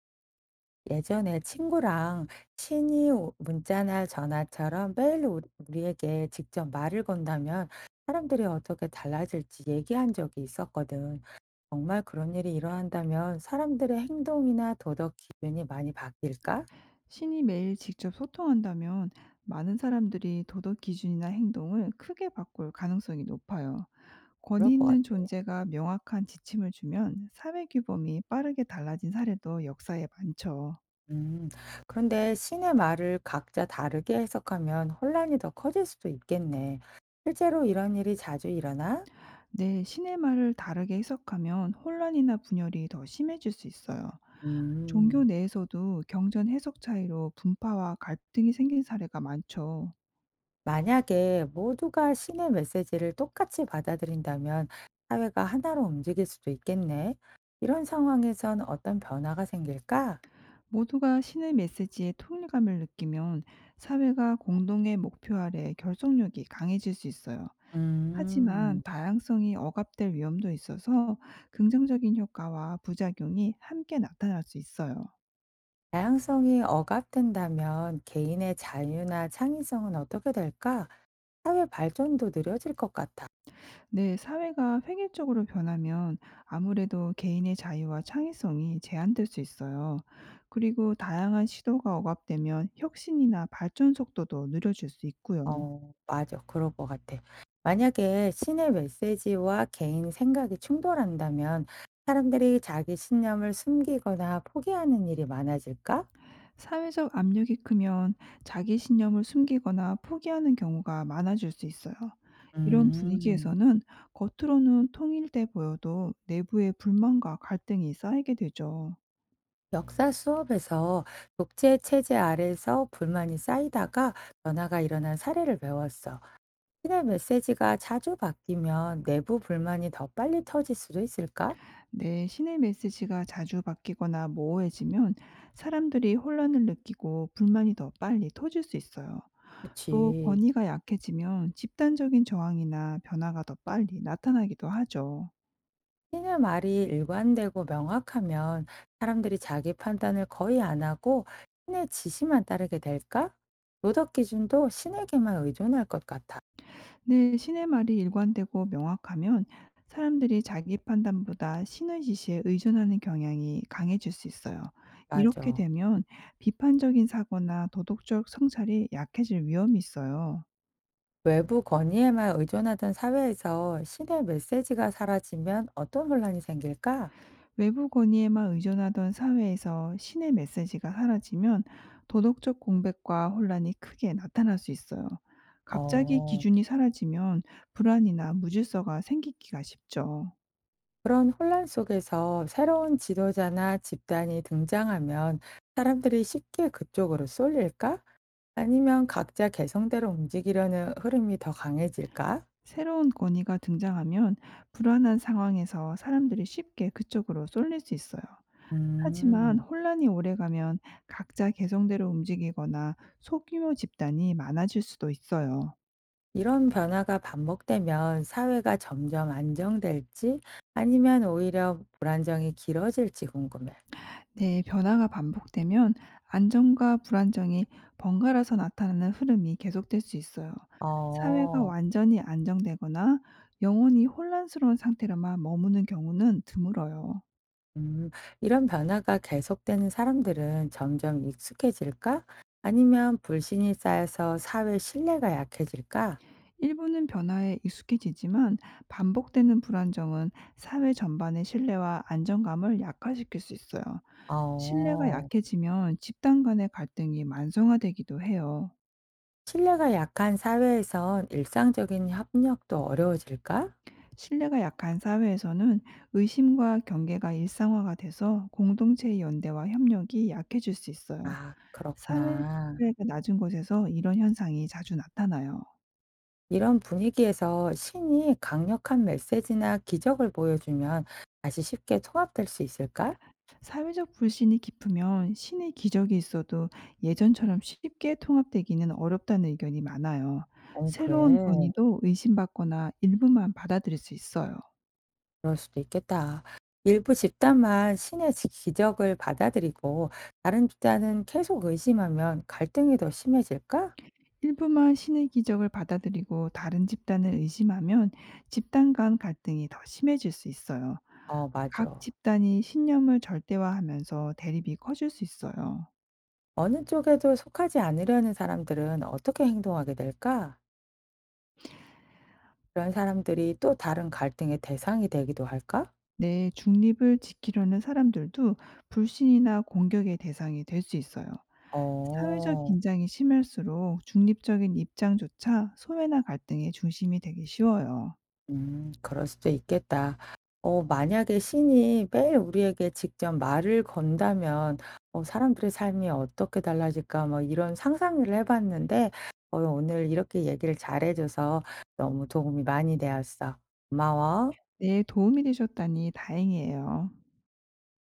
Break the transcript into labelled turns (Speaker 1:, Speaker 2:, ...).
Speaker 1: 예전에 친구랑 문자나 전화처럼 매일 우리에게 직접 말을 건다면 사람들이 어떻게 달라질지 얘기한 적이 있었거든. 정말 그런 일이 일어난다면 사람들의 행동이나 도덕 기준이 많이 바뀔까?
Speaker 2: 신이 매일 직접 소통한다면 많은 사람들이 도덕 기준이나 행동을 크게 바꿀 가능성이 높아요.
Speaker 1: 그럴
Speaker 2: 권위
Speaker 1: 것 같아.
Speaker 2: 있는 존재가 명확한 지침을 주면 사회 규범이 빠르게 달라진 사례도 역사에 많죠.
Speaker 1: 음, 그런데 신의 말을 각자 다르게 해석하면 혼란이 더 커질 수도 있겠네. 실제로 이런 일이 자주 일어나?
Speaker 2: 네, 신의 말을 다르게 해석하면 혼란이나 분열이 더 심해질 수 있어요. 종교
Speaker 1: 음.
Speaker 2: 내에서도 경전 해석 차이로 분파와 갈등이 생긴 사례가 많죠.
Speaker 1: 만약에 모두가 신의 메시지를 똑같이 받아들인다면 사회가 하나로 움직일 수도 있겠네. 이런 상황에선 어떤 변화가 생길까?
Speaker 2: 모두가 신의 메시지에 통일감을 느끼면 사회가 공동의 목표 아래 결속력이 강해질 수 있어요. 하지만
Speaker 1: 음,
Speaker 2: 다양성이 억압될 위험도 있어서 긍정적인 효과와 부작용이 함께 나타날 수 있어요.
Speaker 1: 다양성이 억압된다면 개인의 자유나 창의성은 어떻게 될까? 사회 발전도 느려질 것 같아.
Speaker 2: 네, 사회가 획일적으로 변하면 아무래도 개인의 자유와 창의성이 제한될 수 있어요. 그리고 다양한 시도가 억압되면 혁신이나 발전 속도도 느려질 수 있고요.
Speaker 1: 어, 맞아. 그럴 것 같아. 만약에 신의 메시지와 개인 생각이 충돌한다면 사람들이 자기 신념을 숨기거나 포기하는 일이 많아질까?
Speaker 2: 사회적 압력이 크면 자기 신념을 숨기거나 포기하는 경우가 많아질 수 있어요. 이런
Speaker 1: 음.
Speaker 2: 분위기에서는 겉으로는 통일돼 보여도 내부에 불만과 갈등이 쌓이게 되죠.
Speaker 1: 역사 수업에서 독재 체제 아래서 불만이 쌓이다가 변화가 일어난 사례를 배웠어. 신의 메시지가 자주 바뀌면 내부 불만이 더 빨리 터질 수도 있을까?
Speaker 2: 내 신의 메시지가 자주 바뀌거나 모호해지면 사람들이 혼란을 느끼고 불만이 더 빨리 터질 수 있어요. 또
Speaker 1: 그치.
Speaker 2: 권위가 약해지면 집단적인 저항이나 변화가 더 빨리 나타나기도 하죠.
Speaker 1: 신의 말이 일관되고 명확하면 사람들이 자기 판단을 거의 안 하고 신의 지시만 따르게 될까? 도덕 기준도 신에게만 의존할 것 같아.
Speaker 2: 네, 신의 말이 일관되고 명확하면 사람들이 자기 판단보다 신의 지시에 의존하는 경향이 강해질 수 있어요. 이렇게
Speaker 1: 맞아.
Speaker 2: 되면 비판적인 사고나 도덕적 성찰이 약해질 위험이 있어요.
Speaker 1: 외부 건의에만 의존하던 사회에서 신의 메시지가 사라지면 어떤 혼란이 생길까?
Speaker 2: 외부 권위에만 의존하던 사회에서 신의 메시지가 사라지면 도덕적 공백과 혼란이 크게 나타날 수 있어요. 갑자기
Speaker 1: 어,
Speaker 2: 기준이 사라지면 불안이나 무질서가 생기기가 쉽죠.
Speaker 1: 그런 혼란 속에서 새로운 지도자나 집단이 등장하면 사람들이 쉽게 그쪽으로 쏠릴까? 아니면 각자 개성대로 움직이려는 흐름이 더 강해질까?
Speaker 2: 새로운 권위가 등장하면 불안한 상황에서 사람들이 쉽게 그쪽으로 쏠릴 수 있어요. 하지만
Speaker 1: 음,
Speaker 2: 혼란이 오래가면 각자 개성대로 움직이거나 소규모 집단이 많아질 수도 있어요.
Speaker 1: 이런 변화가 반복되면 사회가 점점 안정될지 아니면 오히려 불안정이 길어질지 궁금해.
Speaker 2: 네, 변화가 반복되면 안정과 불안정이 번갈아서 나타나는 흐름이 계속될 수 있어요. 사회가
Speaker 1: 어.
Speaker 2: 완전히 안정되거나 영원히 혼란스러운 상태로만 머무는 경우는 드물어요.
Speaker 1: 음, 이런 변화가 계속되는 사람들은 점점 익숙해질까? 아니면 불신이 쌓여서 사회 신뢰가 약해질까?
Speaker 2: 일부는 변화에 익숙해지지만 반복되는 불안정은 사회 전반의 신뢰와 안정감을 약화시킬 수 있어요. 신뢰가
Speaker 1: 어,
Speaker 2: 약해지면 집단 간의 갈등이 만성화되기도 해요.
Speaker 1: 신뢰가 약한 사회에선 일상적인 협력도 어려워질까?
Speaker 2: 신뢰가 약한 사회에서는 의심과 경계가 일상화가 돼서 공동체의 연대와 협력이 약해질 수 있어요.
Speaker 1: 아,
Speaker 2: 사회
Speaker 1: 그렇구나.
Speaker 2: 신뢰가 낮은 곳에서 이런 현상이 자주 나타나요.
Speaker 1: 이런 분위기에서 신이 강력한 메시지나 기적을 보여주면 다시 쉽게 통합될 수 있을까?
Speaker 2: 사회적 불신이 깊으면 신의 기적이 있어도 예전처럼 쉽게 통합되기는 어렵다는 의견이 많아요.
Speaker 1: 어,
Speaker 2: 새로운
Speaker 1: 그래.
Speaker 2: 권위도 의심받거나 일부만 받아들일 수 있어요.
Speaker 1: 그럴 수도 있겠다. 일부 집단만 기적을 받아들이고 다른 집단은 계속 의심하면 갈등이 더 심해질까?
Speaker 2: 일부만 신의 기적을 받아들이고 다른 집단을 의심하면 집단 간 갈등이 더 심해질 수 있어요.
Speaker 1: 어,
Speaker 2: 각
Speaker 1: 맞아.
Speaker 2: 집단이 신념을 절대화하면서 대립이 커질 수 있어요.
Speaker 1: 어느 쪽에도 속하지 않으려는 사람들은 어떻게 행동하게 될까? 그런 사람들이 또 다른 갈등의 대상이 되기도 할까?
Speaker 2: 내 중립을 지키려는 사람들도 불신이나 공격의 대상이 될 수 있어요. 사회적
Speaker 1: 어.
Speaker 2: 긴장이 심할수록 중립적인 입장조차 소외나 갈등의 중심이 되기 쉬워요.
Speaker 1: 그럴 수도 있겠다. 만약에 신이 매일 우리에게 직접 말을 건다면 '사람들의 삶이 어떻게 달라질까?' 뭐 이런 상상을 해 봤는데 오늘 이렇게 얘기를 잘해 줘서 너무 도움이 많이 되었어. 고마워.
Speaker 2: 네, 도움이 되셨다니 다행이에요.